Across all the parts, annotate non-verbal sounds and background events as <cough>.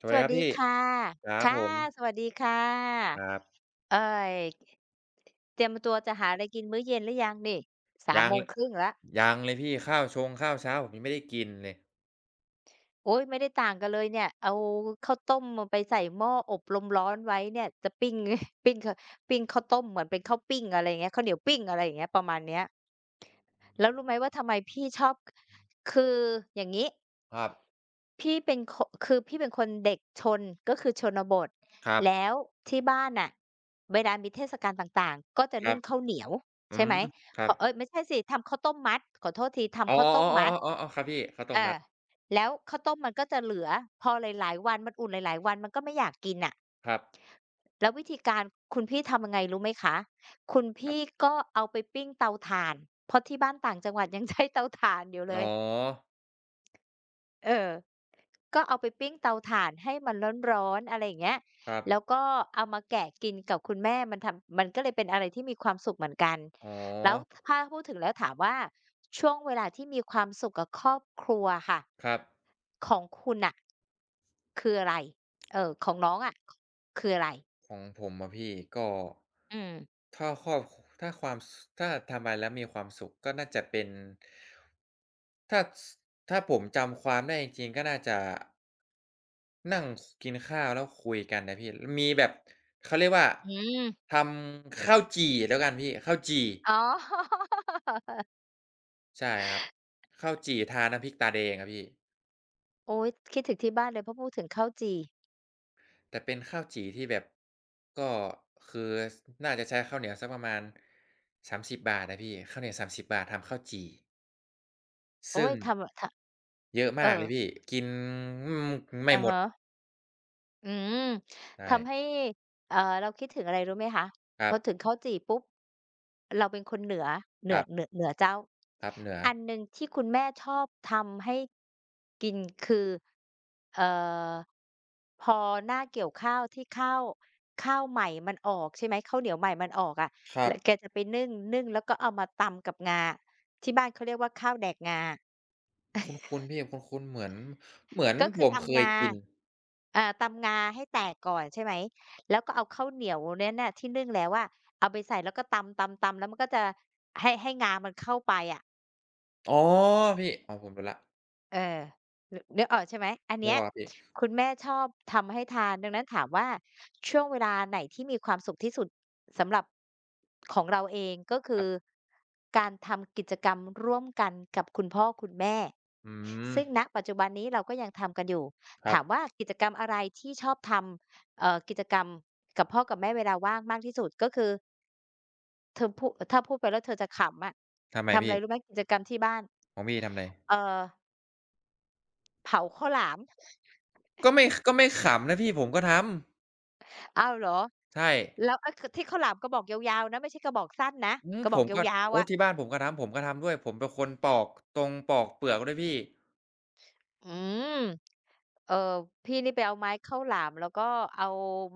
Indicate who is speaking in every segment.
Speaker 1: ส
Speaker 2: ส
Speaker 1: วัสดี
Speaker 2: วั
Speaker 1: ค
Speaker 2: ส
Speaker 1: รับ
Speaker 2: ดี
Speaker 1: พี่
Speaker 2: ค่ะ
Speaker 1: ครับ
Speaker 2: ค่ะ
Speaker 1: ผม
Speaker 2: สวัสดีค่ะ
Speaker 1: ครับ
Speaker 2: เอ่ยเตรียมตัวจะหาอะไรกินมื้อเย็นหรือยังนี่สาม
Speaker 1: ยัง
Speaker 2: โมง
Speaker 1: เลย
Speaker 2: ครึ3 0แล้ว
Speaker 1: ยังเลยพี่ข้าวชงข้าวเช้าผมยังไม่ได้กินเลย
Speaker 2: โอ๊ยไม่ได้ต่างกันเลยเนี่ยเอาข้าวต้มมาไปใส่หม้ออบลมร้อนไว้เนี่ยจะปิ้ง <laughs> ปิ้งขปิ้งข้าวต้มเหมือนเป็นข้าวปิ้งอะไรอย่างเงี้ยข้าวเหนียวปิ้งอะไรอย่างเงี้ยประมาณเนี้ย แล้วรู้ไหมว่าทำไมพี่ชอบคืออย่างนี้
Speaker 1: ครับ
Speaker 2: พี่เป็นคคือพี่เป็นคนเด็กชนก็คือชนบท
Speaker 1: ครับ
Speaker 2: แล้วที่บ้านน่ะเวลามีเทศกาลต่างๆก็จะ
Speaker 1: ค
Speaker 2: นึ่
Speaker 1: รั
Speaker 2: ง
Speaker 1: บ
Speaker 2: ข้าวเหนียว
Speaker 1: อื
Speaker 2: ใช่ไหม
Speaker 1: มค
Speaker 2: พ
Speaker 1: รับ
Speaker 2: อเอ้ยไม่ใช่สิทำข้าวต้มมัดขอโทษที
Speaker 1: อ๋อ
Speaker 2: ทำข้าวต้มมัด
Speaker 1: ๆๆๆๆๆครับพี่ข้าวต้
Speaker 2: เอ
Speaker 1: มมั
Speaker 2: อ
Speaker 1: ด
Speaker 2: แล้วข้าวต้มมันก็จะเหลือพอหลายๆวันมันอุ่นหลายๆวันมันก็ไม่อยากกินน่ะ
Speaker 1: ครับ
Speaker 2: แล้ววิธีการคุณพี่ทำยังไงรู้ไหมคะ คุณ
Speaker 1: ครั
Speaker 2: พี่
Speaker 1: บ
Speaker 2: ก็เอาไปปิ้งเตาถ่านเพราะที่บ้านต่างจังหวัด <laughs> ยังใช้เตาถ่านอยู่เล
Speaker 1: อ๋
Speaker 2: ย
Speaker 1: อ
Speaker 2: เออ ก็เอาไปปิ้งเตาถ่านให้มันร้อนๆอะไรอย่างเงี้ย
Speaker 1: ครับ
Speaker 2: แล้วก็เอามาแกะกินกับคุณแม่มันทำมันก็เลยเป็นอะไรที่มีความสุขเหมือนกัน
Speaker 1: อ๋อ
Speaker 2: แล้วถ้าพูดถึงแล้วถามว่าช่วงเวลาที่มีความสุขกับครอบครัวค่ะ
Speaker 1: ครับ
Speaker 2: ของคุณน่ะคืออะไรเออของน้องอะคืออะไร
Speaker 1: ของผมอะพี่ก็
Speaker 2: อืม
Speaker 1: ถ้าครอบถ้าความสถ้าทำอะไรแล้วมีความสุขก็น่าจะเป็น ถ้าสถ้าผมจำความได้จริงๆก็น่าจะนั่งคกินข้าวแล้วคุยกันนะพี่มีแบบเขาเรียกว่า
Speaker 2: อืม
Speaker 1: ทำข้าวจี่แล้วกันพี่ข้าวจี่
Speaker 2: อ๋อ <laughs>
Speaker 1: ใช่ครับข้าวจี่ทาน้ำพริกตาแดงอะพี่
Speaker 2: โอ้ย คิดถึงที่บ้านเลยเพราะพูดถึงข้าวจี่
Speaker 1: แต่เป็นข้าวจี่ที่แบบก็คือสน่าจะใช้ข้าวเหนียวสักประมาณสามสิบ30อะพี่ข้าวเหนียวสามสิบบาททำข้าวจี่
Speaker 2: โอ้
Speaker 1: ซึ่
Speaker 2: ย
Speaker 1: ง
Speaker 2: ทำอะทะ
Speaker 1: เยอะ
Speaker 2: เอ่
Speaker 1: มาก
Speaker 2: อ
Speaker 1: เลยพี่กินอืมไม่
Speaker 2: อะ
Speaker 1: หมด
Speaker 2: ฮะ อืม
Speaker 1: ใช่
Speaker 2: ทำให้เราคิดถึงอะไรรู้ไหมคะ
Speaker 1: ค
Speaker 2: พ
Speaker 1: รั
Speaker 2: อถึง
Speaker 1: บ
Speaker 2: ข้าวจี่ปุ๊บเราเป็นคนเหนือ
Speaker 1: ครับ
Speaker 2: เหนือเจ้า
Speaker 1: ครับเหนือ
Speaker 2: อันหนึ่งที่คุณแม่ชอบทำให้กินคือเอ่อพอหน้าเกี่ยวข้าวข้าวใหม่มันออกใช่ไหมข้าวเหนียวใหม่มันออกอะ
Speaker 1: ครั
Speaker 2: แล้
Speaker 1: บ
Speaker 2: วแกจะไปนึ่งแล้วก็เอามาตำกับงาที่บ้านเขาเรียกว่าข้าวแดกงา
Speaker 1: คุ้นๆพี่คุ้นๆเหมือนเหมือน
Speaker 2: ก็
Speaker 1: ผ
Speaker 2: คือ
Speaker 1: มเค
Speaker 2: ตำ
Speaker 1: ย
Speaker 2: งา
Speaker 1: กิน
Speaker 2: ตำงาให้แตกก่อนใช่ไหม แล้วก็เอาข้าวเหนียวนั้นน่ะที่นึ่งแล้วอะเอาไปใส่แล้วก็ตำๆๆแล้วมันก็จะให้งามันเข้าไปอะ
Speaker 1: อ๋อพี่อ๋อผมรู้แล้ว
Speaker 2: เออนึกออกใช่ไหมอัน
Speaker 1: นึ
Speaker 2: เนี้
Speaker 1: ก
Speaker 2: ย
Speaker 1: ออกแล้วพี่
Speaker 2: คุณแม่ชอบทำให้ทานดังนั้นถามว่าช่วงเวลาไหนที่มีความสุขที่สุดสำหรับของเราเองก็
Speaker 1: ค
Speaker 2: คื
Speaker 1: รั
Speaker 2: อ
Speaker 1: บ
Speaker 2: การทำกิจกรรมร่วมกันกับคุณพ่อคุณแม่
Speaker 1: อืม
Speaker 2: ซึ่งณปัจจุบันนี้เราก็ยังทำกันอยู่
Speaker 1: ครั
Speaker 2: ถาม
Speaker 1: บ
Speaker 2: ว่ากิจกรรมอะไรที่ชอบทำกิจกรรมกับพ่อกับแม่เวลาว่างมากที่สุดก็คือเธอพูดถ้าพูดไปแล้วเธอจะขำอะ
Speaker 1: ทำไม
Speaker 2: ทำอะ
Speaker 1: พี่
Speaker 2: ไรรู้ไหมกิจกรรมที่บ้าน
Speaker 1: ของพี่ทำไร
Speaker 2: เอ่อเผาข้าวหลาม
Speaker 1: ก็ไม่ก็ไม่ขำนะพี่ผมก็ท
Speaker 2: อ้าวเหรอ
Speaker 1: ำใช่
Speaker 2: แล้วก็คือที่ข้าวหลามกระบอกยาวๆนะไม่ใช่กระบอกสั้นนะ
Speaker 1: อืม
Speaker 2: กระบ
Speaker 1: ผ
Speaker 2: อก
Speaker 1: มก็
Speaker 2: ยาวๆ
Speaker 1: โอ้
Speaker 2: อะ
Speaker 1: ที่บ้านผมก็ทำผมก็ทำด้วยผมเป็นคนปอกตรงปอกเปลือกด้วยพี่
Speaker 2: อืม เออพี่นี่ไปเอาไม้ข้าวหลามแล้วก็เอา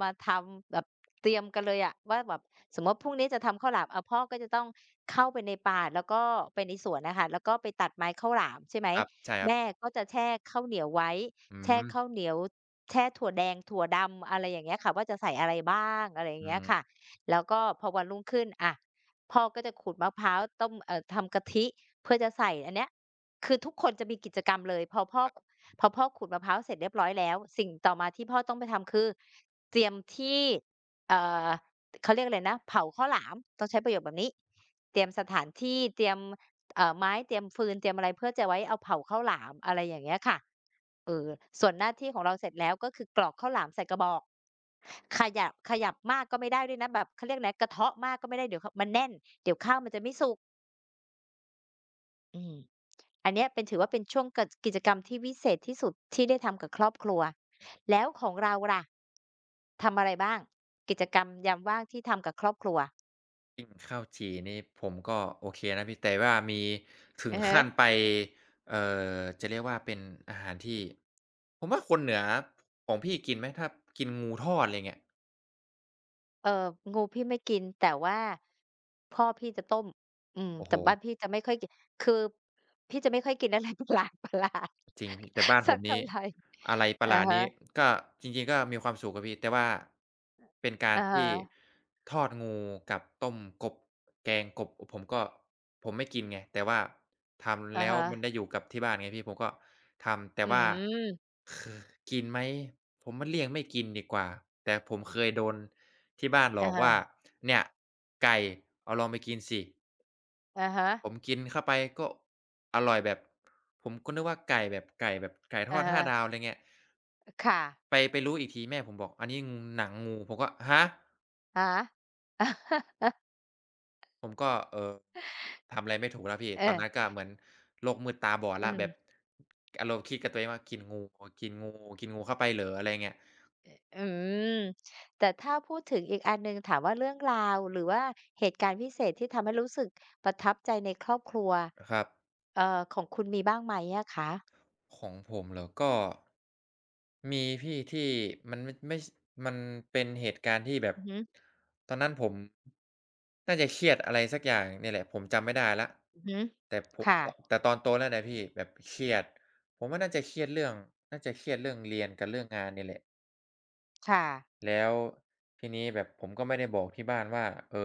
Speaker 2: มาทำแบบเตรียมกันเลยอะว่าแบบสมมติว่าพรุ่งนี้จะทำข้าวหลามอ่ะพ่อก็จะต้องเข้าไปในป่าแล้วก็ไปในสวนนะคะแล้วก็ไปตัดไม้ข้าวหลามใช่ไหม
Speaker 1: ครับใช่ครั
Speaker 2: แม่
Speaker 1: บ
Speaker 2: ก็จะแช่ข้าวเหนียวไว้
Speaker 1: อื
Speaker 2: แช่
Speaker 1: ม
Speaker 2: ข้าวเหนียวแช่ถั่วแดงถั่วดำอะไรอย่างเงี้ยค่ะว่าจะใส่อะไรบ้างอะไรอย่าง
Speaker 1: อื
Speaker 2: เงี้ยค่ะ
Speaker 1: ม
Speaker 2: แล้วก็พอวันรุ่งขึ้นอะพ่อก็จะขูดมะพร้าวต้มทำกะทิเพื่อจะใส่อันเนี้ยคือทุกคนจะมีกิจกรรมเลยพอพ่อขูดมะพร้าวเสร็จเรียบร้อยแล้วสิ่งต่อมาที่พ่อต้องไปทำคือเตรียมที่เอ่อเขาเรียกอะไรนะเผาข้าวหลามต้องใช้ประโยคแบบนี้เตรียมสถานที่เตรียมไม้เตรียมฟืนเตรียมอะไรเพื่อจะไว้เอาเผาข้าวหลามอะไรอย่างเงี้ยค่ะเออส่วนหน้าที่ของเราเสร็จแล้วก็คือกรอกข้าวหลามใส่กระบอกขยับมากก็ไม่ได้ด้วยนะแบบเขาเรียกอะไรกระเทาะมากก็ไม่ได้เดี๋ยวขมันแน่นเดี๋ยวข้าวมันจะไม่สุกอืม อันเนี้ยเป็นถือว่าเป็นช่วงกิจกรรมที่วิเศษที่สุดที่ได้ทำกับครอบครัวแล้วของเราล่ะทำอะไรบ้างกิจกรรมยามว่างที่ทำกับครอบครัว
Speaker 1: กินข้าวจี่นี่ผมก็โอเคนะพี่แต่ว่ามีถึ
Speaker 2: อ
Speaker 1: ง
Speaker 2: อฮะ
Speaker 1: ขั้นไปเอ่จะเรียกว่าเป็นอาหารที่ผมว่าคนเหนือของพี่กินไหมถ้ากินงูทอดอะไรเงี้ย
Speaker 2: เอองูพี่ไม่กินแต่ว่าพ่อพี่จะต้มอืม
Speaker 1: โอ้
Speaker 2: แต่
Speaker 1: โฮ
Speaker 2: บ้านพี่จะไม่ค่อยกินคือพี่จะไม่ค่อยกินอะไร <laughs> ประหลาด
Speaker 1: จริงพี่แต่บ้าน
Speaker 2: <laughs> สั
Speaker 1: ผ
Speaker 2: ก
Speaker 1: ม
Speaker 2: เท่า
Speaker 1: นี้
Speaker 2: ไหร
Speaker 1: อะไรประห
Speaker 2: อะ
Speaker 1: ลาด
Speaker 2: ฮะ
Speaker 1: นี้ก็จริงๆก็มีความสุขครับพี่แต่ว่าเป็นการ
Speaker 2: อะ
Speaker 1: ที่
Speaker 2: ฮะ
Speaker 1: ทอดงูกับต้มกบแกงกบผมก็ผมไม่กินไงแต่ว่าทำ
Speaker 2: อะ
Speaker 1: แล้ว
Speaker 2: ฮะ
Speaker 1: มันได้อยู่กับที่บ้านไงพี่ผมก็ทำแต่
Speaker 2: อื
Speaker 1: ว่า
Speaker 2: ม
Speaker 1: คือกินไหมผมมันเลี่ยงไม่กินดีกว่าแต่ผมเคยโดนที่บ้านหล
Speaker 2: อะ
Speaker 1: อกว่า
Speaker 2: ฮะ
Speaker 1: เนี่ยไก่เอาลองไปกินสิ
Speaker 2: อะฮะ
Speaker 1: ผมกินเข้าไปก็อร่อยแบบผมก็นึกว่าไก่แบบไก่แบบไก่ทอ
Speaker 2: อะ
Speaker 1: ดห้าดา
Speaker 2: ฮะ
Speaker 1: วอะไรเงี้ย
Speaker 2: ค่ะ
Speaker 1: ไปไปรู้อีกทีแม่ผมบอกอันนี้งหนังงูผมก็ฮะ
Speaker 2: อะฮะ <laughs>
Speaker 1: ผมก็ทำอะไรไม่ถูกแล้วพี่
Speaker 2: เอ
Speaker 1: ตอน
Speaker 2: อ
Speaker 1: นั้นก็เหมือนโลกมืดตาบอด
Speaker 2: อื
Speaker 1: แล้ว
Speaker 2: ม
Speaker 1: แบบอารมณ์คิดกับตัวเองว่ากินงูกินงูกินงูเข้าไปเหรออะไรเงี้ย
Speaker 2: อืมแต่ถ้าพูดถึงอีกอันหนึ่งถามว่าเรื่องราวหรือว่าเหตุการณ์พิเศษที่ทำให้รู้สึกประทับใจในครอบครัว
Speaker 1: ครับ
Speaker 2: ของคุณมีบ้างไหมอะคะ
Speaker 1: ของผมเหรอก็ มีพี่ที่มันไม่ไม่มันเป็นเหตุการณ์ที่แบบ
Speaker 2: อือฮึ
Speaker 1: ตอนนั้นผมน่าจะเครียดอะไรสักอย่างเนี่ยแหละผมจำไม่ได้แล้ว
Speaker 2: อือฮึ
Speaker 1: แต่ผม
Speaker 2: ค่ะ
Speaker 1: แต่ตอนโตแล้วนะพี่แบบเครียดผมว่าน่าจะเครียดเรื่องน่าจะเครียดเรื่องเรียนกับเรื่องงานเนี่ยแหละ
Speaker 2: ค่ะ
Speaker 1: แล้วทีนี้แบบผมก็ไม่ได้บอกที่บ้านว่าเออ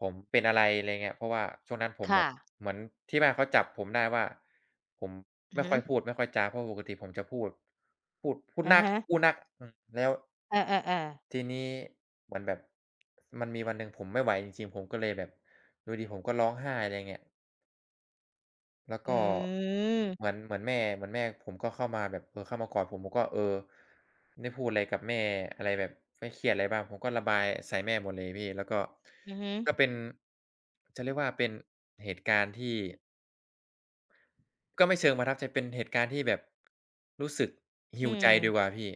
Speaker 1: ผมเป็นอะไรอะไรเงี้ยเพราะว่าช่วงนั้นผมแบ
Speaker 2: ค่ะ
Speaker 1: บเหมือนที่บ้านเขาจับผมได้ว่าผม
Speaker 2: อือ
Speaker 1: ไม่
Speaker 2: ฮึ
Speaker 1: ค่อยพูดไม่ค่อยจาเพราะปกติผมจะพูดพูด
Speaker 2: อะ
Speaker 1: นัก
Speaker 2: ฮะ
Speaker 1: พูดนักอืมแล้ว
Speaker 2: เออๆๆ
Speaker 1: ทีนี้เหมือนแบบมันมีวันหนึ่งผมไม่ไหวจริงๆผมก็เลยแบบอยู่ดีๆผมก็ร้องไห้อะไรเงี้ย แล้ว
Speaker 2: อื
Speaker 1: ก็เหมื
Speaker 2: ม
Speaker 1: อนเหมือนแม่เหมือนแม่ผมก็เข้ามาแบบเออเข้ามากอดผมผมก็เออได้พูดอะไรกับแม่อะไรแบบไม่เครียดอะไรบ้างผมก็ระบายใส่แม่หมดเลยพี่แล้วก็
Speaker 2: อือฮึ
Speaker 1: ก็เป็นจะเรียกว่าเป็นเหตุการณ์ที่ก็ไม่เชิงประทับใจเป็นเหตุการณ์ที่แบบรู้สึก
Speaker 2: อื
Speaker 1: heal ใจดีกว่า
Speaker 2: ม
Speaker 1: พี่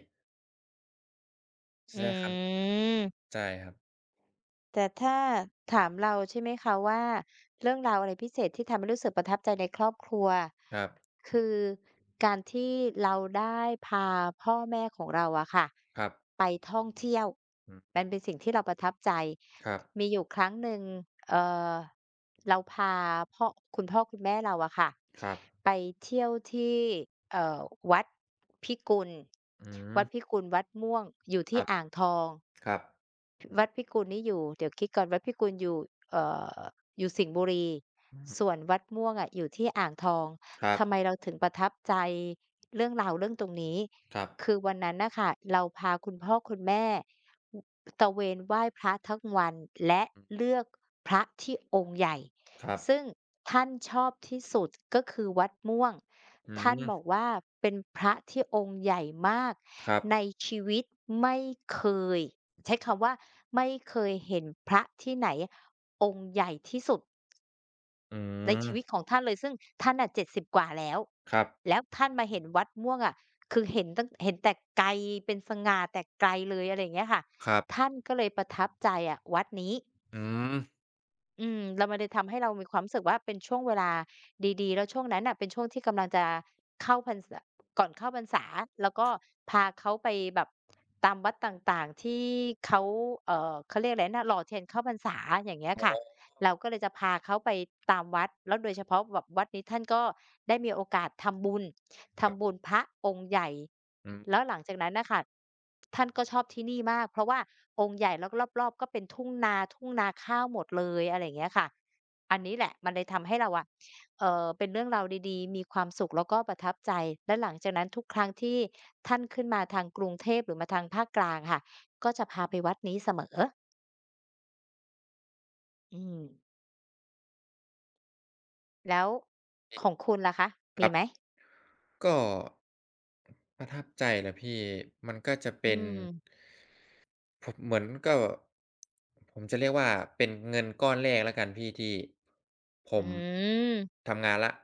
Speaker 2: อื
Speaker 1: ใช้ค
Speaker 2: ม
Speaker 1: ำใช่ครับ
Speaker 2: แต่ถ้าถามเราใช่ไหมคะว่าเรื่องราวอะไรพิเศษที่ทำให้รู้สึกประทับใจในครอบครัว
Speaker 1: ครับ
Speaker 2: คือการที่เราได้พาพ่อแม่ของเราอะค่ะ
Speaker 1: ครับ
Speaker 2: ไปท่องเที่ยว
Speaker 1: อืม
Speaker 2: มันเป็นสิ่งที่เราประทับใจ
Speaker 1: ครับ
Speaker 2: มีอยู่ครั้งหนึ่งเอ่อเราพาพ่อคุณพ่อคุณแม่เราอะค่ะ
Speaker 1: ครับ
Speaker 2: ไปเที่ยวที่เอ่อวัดพิกุล
Speaker 1: อืม
Speaker 2: วัดพิกุลวัดม่วงอยู่
Speaker 1: ค
Speaker 2: ที่
Speaker 1: รับ
Speaker 2: อ่างทอง
Speaker 1: ครับ
Speaker 2: วัดพิกุลนี่อยู่เดี๋ยวคิดก่อนวัดพิกุลอยู่เอ่ออยู่สิงห์บุรี
Speaker 1: อืม
Speaker 2: ส่วนวัดม่วงอะอยู่ที่อ่างทอง
Speaker 1: ครับ
Speaker 2: ทำไมเราถึงประทับใจเรื่องราวเรื่องตรงนี้
Speaker 1: ครับ
Speaker 2: คือวันนั้นน่ะค่ะเราพาคุณพ่อคุณแม่อตระเวนไหว้พระทั้งวันและ
Speaker 1: อืม
Speaker 2: เลือกพระที่องค์ใหญ่
Speaker 1: ครับ
Speaker 2: ซึ่งท่านชอบที่สุดก็คือวัดม่วง
Speaker 1: อื
Speaker 2: ท่านบอก
Speaker 1: ม
Speaker 2: ว่าเป็นพระที่องค์ใหญ่มาก
Speaker 1: ครับ
Speaker 2: ในชีวิตไม่เคย ใช้คำว่าไม่เคยเห็นพระที่ไหนองค์ใหญ่ที่สุด
Speaker 1: อื
Speaker 2: ในชีวิตข
Speaker 1: ม
Speaker 2: องท่านเลยซึ่งท่านน่ะ70กว่าแล้ว
Speaker 1: ครับ
Speaker 2: แล้วท่านมาเห็นวัดม่วงอะคือเห็นแต่ไกลเป็นสง่าแต่ไกลเลยอะไรอย่างเงี้ยค่ะ
Speaker 1: ครับ
Speaker 2: ท่านก็เลยประทับใจอะวัดนี้
Speaker 1: อืม
Speaker 2: อืมแล้วมันเลยทำให้เรามีความรู้สึกว่าเป็นช่วงเวลาดีๆแล้วช่วงนั้นน่ะเป็นช่วงที่กำลังจะเข้าพรรษาก่อนเข้าพรรษาแล้วก็พาเขาไปแบบตามวัดต่างๆที่เขาเขาเรียกอะไรนะหล่อเทียนเข้าพรรษาอย่างเงี้ยค่ะเราก็เลยจะพาเขาไปตามวัดแล้วโดยเฉพาะแบบวัดนี้ท่านก็ได้มีโอกาสทำบุญ
Speaker 1: ครั
Speaker 2: ทำบุญ
Speaker 1: บ
Speaker 2: พระองค์ใหญ่
Speaker 1: อื
Speaker 2: แล้ว
Speaker 1: ม
Speaker 2: หลังจากนั้นน่ะค่ะท่านก็ชอบที่นี่มากเพราะว่าองค์ใหญ่แล้วก็รอบๆก็เป็นทุ่งนาทุ่งนาข้าวหมดเลยอะไรอย่างเงี้ยค่ะอันนี้แหละมันเลยทำให้เราอะเป็นเรื่องราวดีๆมีความสุขแล้วก็ประทับใจและหลังจากนั้นทุกครั้งที่ท่านขึ้นมาทางกรุงเทพหรือมาทางภาคกลางค่ะก็จะพาไปวัดนี้เสมออืมแล้วข
Speaker 1: พี่
Speaker 2: องคุณล่ะคะ
Speaker 1: ค
Speaker 2: มี
Speaker 1: รับ
Speaker 2: ไหม
Speaker 1: ก็ประทับใจเหรอพี่มันก็จะ
Speaker 2: อื
Speaker 1: เป็น
Speaker 2: ม
Speaker 1: ผมเหมือนก็ผมจะเรียกว่าเป็นเงินก้อนแรกแล้วกันพี่ที่ผ
Speaker 2: อื
Speaker 1: ม
Speaker 2: ม
Speaker 1: ทำงานแล้ว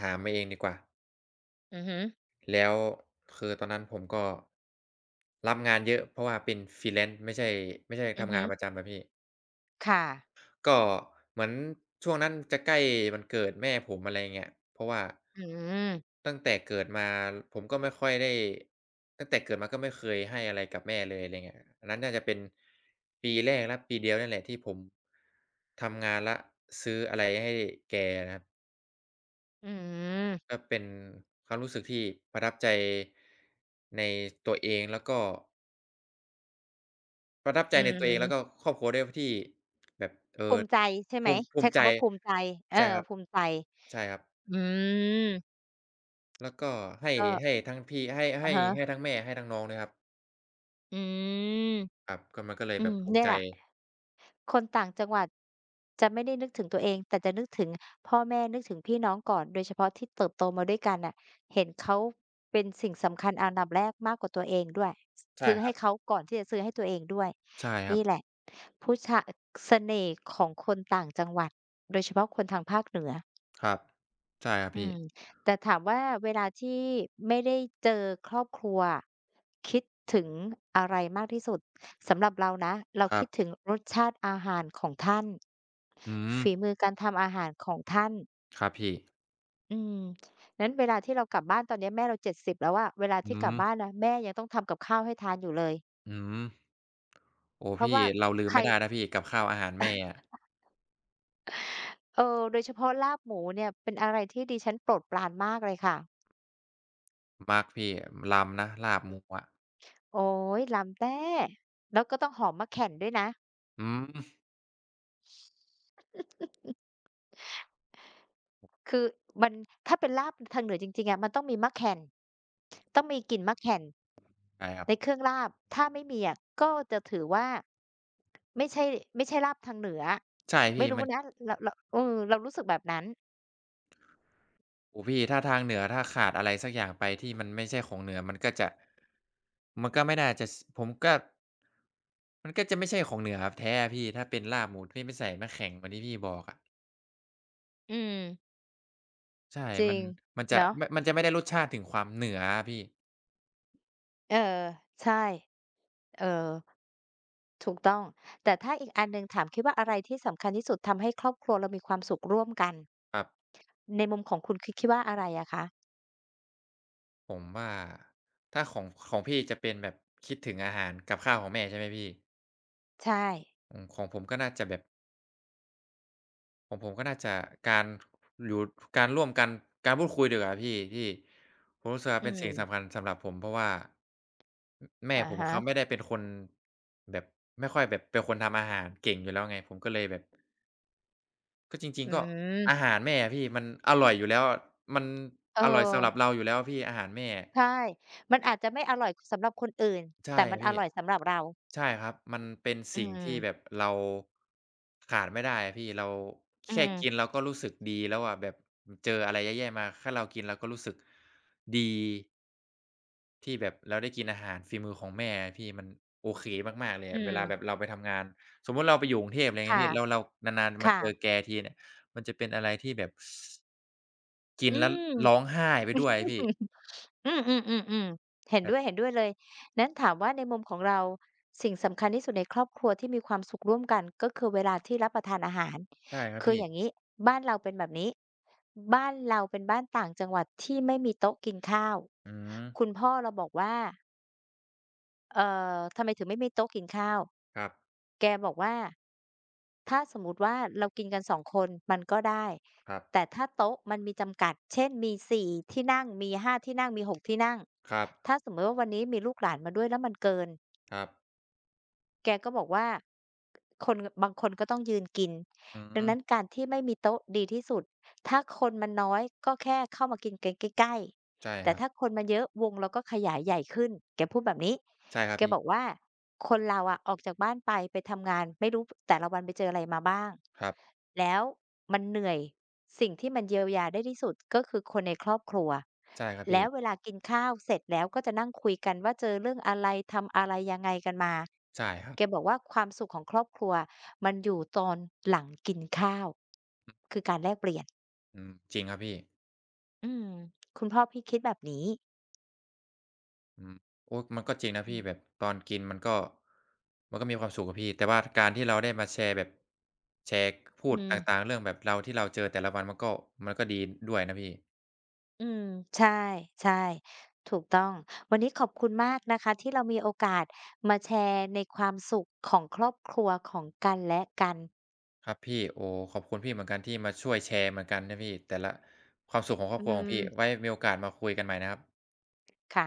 Speaker 1: หามาเองดีกว่า
Speaker 2: อือฮ
Speaker 1: แล้วคือตอนนั้นผมก็รับงานเยอะเพราะว่าเป็น Freelance ไม่ใช่
Speaker 2: ึ
Speaker 1: ทำงาน
Speaker 2: ๆ
Speaker 1: ประจำอะพี่
Speaker 2: ค่ะ
Speaker 1: ก็เหมือนช่วงนั้นจะใกล้วันเกิดแม่ผมอะไรเงี้ยเพราะว่า
Speaker 2: อืม
Speaker 1: ตั้งแต่เกิดมาผมก็ไม่ค่อยได้ตั้งแต่เกิดมาก็ไม่เคยให้อะไรกับแม่เลยอะไรเงี้ยอันนั้นน่าจะเป็นปีแรกและปีเดียวนั่นแหละที่ผมทำงานแล้วซื้ออะไรให้แกนะครับ
Speaker 2: อืม
Speaker 1: ก็เป็นความรู้สึกที่ประทับใจในตัวเองแล้วก็ ประทับใจ
Speaker 2: อื
Speaker 1: ในตัวเองแล้วก็
Speaker 2: ม
Speaker 1: ครอบครัวด้วยที่แบบเอ
Speaker 2: ภู
Speaker 1: อ
Speaker 2: มิใจใช่ไหม
Speaker 1: ภูมิภู
Speaker 2: ใช้
Speaker 1: มิใจ
Speaker 2: คำว่าภูมิใจเอ
Speaker 1: ใช่
Speaker 2: อ
Speaker 1: ครับ
Speaker 2: ภูมิใจ
Speaker 1: ใช่ครับ
Speaker 2: อืม
Speaker 1: แล้วก็ให้
Speaker 2: ก็
Speaker 1: ให้ทั้งพี่ให้
Speaker 2: อะ
Speaker 1: ให้ให้
Speaker 2: ฮะ
Speaker 1: ทั้งแม่ให้ทั้งน้องด้วยครับ
Speaker 2: อืม
Speaker 1: ครับก็มันก็เลย
Speaker 2: อื
Speaker 1: แบ
Speaker 2: ม
Speaker 1: บภูมิ
Speaker 2: เนี่ย
Speaker 1: ใจ
Speaker 2: แหละคนต่างจังหวัดจะไม่ได้นึกถึงตัวเองแต่จะนึกถึงพ่อแม่นึกถึงพี่น้องก่อนโดยเฉพาะที่เติบโตมาด้วยกันน่ะเห็นเขาเป็นสิ่งสำคัญอันดับแรกมากกว่าตัวเองด้วยซ
Speaker 1: ใช่
Speaker 2: ซื้อ
Speaker 1: ค
Speaker 2: ให้
Speaker 1: รับ
Speaker 2: เขาก่อนที่จะซื้อให้ตัวเองด้วย
Speaker 1: ใช่ครั
Speaker 2: นี่
Speaker 1: บ
Speaker 2: แหละผู้ชะเสน่ห์ของคนต่างจังหวัดโดยเฉพาะคนทางภาคเหนือ
Speaker 1: ครับใช่ครับ
Speaker 2: อื
Speaker 1: พี่
Speaker 2: มแต่ถามว่าเวลาที่ไม่ได้เจอครอบครัวอะคิดถึงอะไรมากที่สุดสำหรับเรานะเรา
Speaker 1: ครั
Speaker 2: คิ
Speaker 1: บ
Speaker 2: ดถึงรสชาติอาหารของท่าน
Speaker 1: อืม
Speaker 2: ฝีมือการทำอาหารของท่าน
Speaker 1: ครับพี่
Speaker 2: อืมงั้นเวลาที่เรากลับบ้านตอนเนี้ยแม่เรา70แล้วอะเวลา
Speaker 1: อื
Speaker 2: ที่กลั
Speaker 1: ม
Speaker 2: บบ้านนะแม่ยังต้องทำกับข้าวให้ทานอยู่เลย
Speaker 1: อืมโอ้
Speaker 2: เพราะ
Speaker 1: พี่
Speaker 2: ว่า
Speaker 1: เราลืม
Speaker 2: ใคร
Speaker 1: ไม่ได้นะพี่กับข้าวอาหารแม่อะ
Speaker 2: เออโดยเฉพาะลาบหมูเนี่ยเป็นอะไรที่ดิฉันโปรดปรานมากเลยค่ะ
Speaker 1: มักพี่รำนะลาบหมูอะ
Speaker 2: โอ๊ยล้ำแต้แล้วก็ต้องหอมมะแข่นด้วยนะ
Speaker 1: อืม
Speaker 2: คือมันถ้าเป็นลาบทางเหนือจริงๆอะมันต้องมีมะแข่นต้องมีกลิ่นมะแข่น
Speaker 1: ใช่ครับ
Speaker 2: ในเครื่องลาบถ้าไม่มีอะก็จะถือว่าไม่ใช่ไม่ใช่ลาบทางเหนือ
Speaker 1: ใช่
Speaker 2: ไม่
Speaker 1: พี่
Speaker 2: รู้
Speaker 1: มัน
Speaker 2: นะเรารู้สึกแบบนั้น
Speaker 1: โอ้โพี่ถ้าทางเหนือถ้าขาดอะไรสักอย่างไปที่มันไม่ใช่ของเหนือมันก็ไม่น่าจะสผมก็มันก็จะไม่ใช่ของเหนือแท้อะพี่ถ้าเป็นลาบหมูที่ไม่ใส่น้ำแข็งเหมือนที่พี่บอกอะ
Speaker 2: อืม
Speaker 1: ใช่
Speaker 2: จริ
Speaker 1: มัน
Speaker 2: ง
Speaker 1: มันจะ
Speaker 2: เนาะ
Speaker 1: ไม่มันจะไม่ได้รสชาติถึงความเหนืออะพี่
Speaker 2: เออใช่เออถูกต้องแต่ถ้าอีกอันหนึ่งถามคิดว่าอะไรที่สำคัญที่สุดทำให้ครอบครัวเรามีความสุขร่วมกัน
Speaker 1: ครับ
Speaker 2: ในมุมของคุณคดคิดว่าอะไรอะคะ
Speaker 1: ผมว่าถ้าของพี่จะเป็นแบบคิดถึงอาหารกับข้าวของแม่ใช่ไหมพี่
Speaker 2: ใช่
Speaker 1: อืมของผมก็น่าจะแบบ ของผมก็น่าจะการอยู่การร่วมกันการพูดคุยดีกว่าพี่ที่ผมรู้สึกว่า
Speaker 2: อื
Speaker 1: เป็นสิ่งสำ
Speaker 2: ม
Speaker 1: คัญสำหรับผมเพราะว่าแม่
Speaker 2: อะ
Speaker 1: ผม
Speaker 2: ฮะ
Speaker 1: เขาไม่ได้เป็นคนแบบไม่ค่อยแบบเป็นคนทำอาหารเก่งอยู่แล้วไงผมก็เลยแบบก็จริ
Speaker 2: อื
Speaker 1: งๆก็
Speaker 2: ม
Speaker 1: อาหารแม่อะพี่มันอร่อยอยู่แล้วมัน
Speaker 2: เออ
Speaker 1: อร่อยสำหรับเราอยู่แล้วพี่อาหารแม่
Speaker 2: ใช่มันอาจจะไม่อร่อยสำหรับคนอื่น
Speaker 1: ใช่
Speaker 2: แต่มัน
Speaker 1: อะ
Speaker 2: อ
Speaker 1: พี่
Speaker 2: ร่อยสำหรับเรา
Speaker 1: ใช่ครับมันเป็น
Speaker 2: อื
Speaker 1: สิ่งที่แบบ
Speaker 2: ม
Speaker 1: เราขาดไม่ได้อะพี่เรา
Speaker 2: อื
Speaker 1: แค่กิน
Speaker 2: ม
Speaker 1: เราก็รู้สึกดีแล้วอะแบบเจออะไรแย่ๆมาแค่เรากินเราก็รู้สึกดีที่แบบเราได้กินอาหารฝีมือของแม่อะพี่มันโอเคมากๆเลย
Speaker 2: อื
Speaker 1: อะเวลาแบบ
Speaker 2: ม
Speaker 1: เราไปทำงานสมมุติเราไปอยู่กรุงเทพอะไรอย่างเงี้ย
Speaker 2: ค่ะ
Speaker 1: พี่แล้วเรานานๆมา
Speaker 2: ค่ะ
Speaker 1: เจอแกทีเนี่ยมันจะเป็นอะไรที่แบบกิน
Speaker 2: อื
Speaker 1: แล้ว
Speaker 2: ม
Speaker 1: ร้องไห้ไปด้วยอะพี่
Speaker 2: อืมๆๆๆเห็น
Speaker 1: แบ
Speaker 2: ด้
Speaker 1: บ
Speaker 2: วยเห็นด้วยเลย นั้นถามว่าในมุมของเราสิ่งสำคัญที่สุดในครอบครัวที่มีความสุขร่วมกันก็คือเวลาที่รับประทานอาหาร
Speaker 1: ใช่ครับ
Speaker 2: คือ
Speaker 1: พี่
Speaker 2: อย่างงี้บ้านเราเป็นแบบนี้บ้านเราเป็นบ้านต่างจังหวัดที่ไม่มีโต๊ะกินข้าว
Speaker 1: อืม
Speaker 2: คุณพ่อเราบอกว่า เอ่ทำไมถึงไม่มีโต๊ะกินข้าว
Speaker 1: ครับ
Speaker 2: แกบอกว่าถ้าสมมุติว่าเรากินกันสองคนมันก็ได้
Speaker 1: ครับ
Speaker 2: แต่ถ้าโต๊ะมันมีจำกัดเช่นมีสี่ที่นั่งมีห้าที่นั่งมีหกที่นั่ง
Speaker 1: ครับ
Speaker 2: ถ้าสมมุติว่าวันนี้มีลูกหลานมาด้วยแล้วมันเกิน
Speaker 1: ครับ
Speaker 2: แกก็บอกว่าคนบางคนก็ต้องยืนกิน
Speaker 1: อื
Speaker 2: ดัง
Speaker 1: ม
Speaker 2: นั้นการที่ไม่มีโต๊ะดีที่สุดถ้าคนมันน้อยก็แค่เข้ามากินกันใกล้
Speaker 1: ใช่
Speaker 2: ๆแต่
Speaker 1: ครับ
Speaker 2: ถ้าคนมันเยอะวงเราก็ขยายใหญ่ขึ้นแกพูดแบบนี้
Speaker 1: ใช่ครับ
Speaker 2: แกบอก
Speaker 1: พี่
Speaker 2: ว่าคนเราอะออกจากบ้านไปทำงานไม่รู้แต่ละวันไปเจออะไรมาบ้าง
Speaker 1: ครับ
Speaker 2: แล้วมันเหนื่อย สิ่งที่มันเยียวยาได้ที่สุดก็คือคนในครอบครัว
Speaker 1: ใช่ครับ
Speaker 2: แล้
Speaker 1: พี่
Speaker 2: วเวลากินข้าวเสร็จแล้วก็จะนั่งคุยกันว่าเจอเรื่องอะไรทำอะไรยังไงกันมา
Speaker 1: ใช่ครับ
Speaker 2: แกบอกว่าความสุขของครอบครัวมันอยู่ตอนหลังกินข้าวคือการแลกเปลี่ยน
Speaker 1: อืมจริงครับพี่
Speaker 2: อืมคุณพ่อพี่คิดแบบนี้
Speaker 1: อืมโอ๊ยมันก็จริงนะ
Speaker 2: อื
Speaker 1: พี่แบ
Speaker 2: ม
Speaker 1: บตอนกินมันก็มันก็มีความสุขอะพี่แต่ว่าการที่เราได้มาแชร์แชร์พู
Speaker 2: อื
Speaker 1: ด
Speaker 2: ม
Speaker 1: ต่างๆเรื่องแบบเราที่เราเจอแต่ละวันมันก็ดีด้วยนะพี่
Speaker 2: อืมใช่ใช่ถูกต้องวันนี้ขอบคุณมากนะคะที่เรามีโอกาสมาแชร์ในความสุขของครอบครัวของกันและกัน
Speaker 1: ครับพี่โอ้ขอบคุณพี่เหมือนกันที่มาช่วยแชร์เหมือนกันนะพี่แต่ละความสุขของคร
Speaker 2: อื
Speaker 1: อบครัวของ
Speaker 2: ม
Speaker 1: พี่ไว้มีโอกาสมาคุยกันใหม่นะครับ
Speaker 2: ค่ะ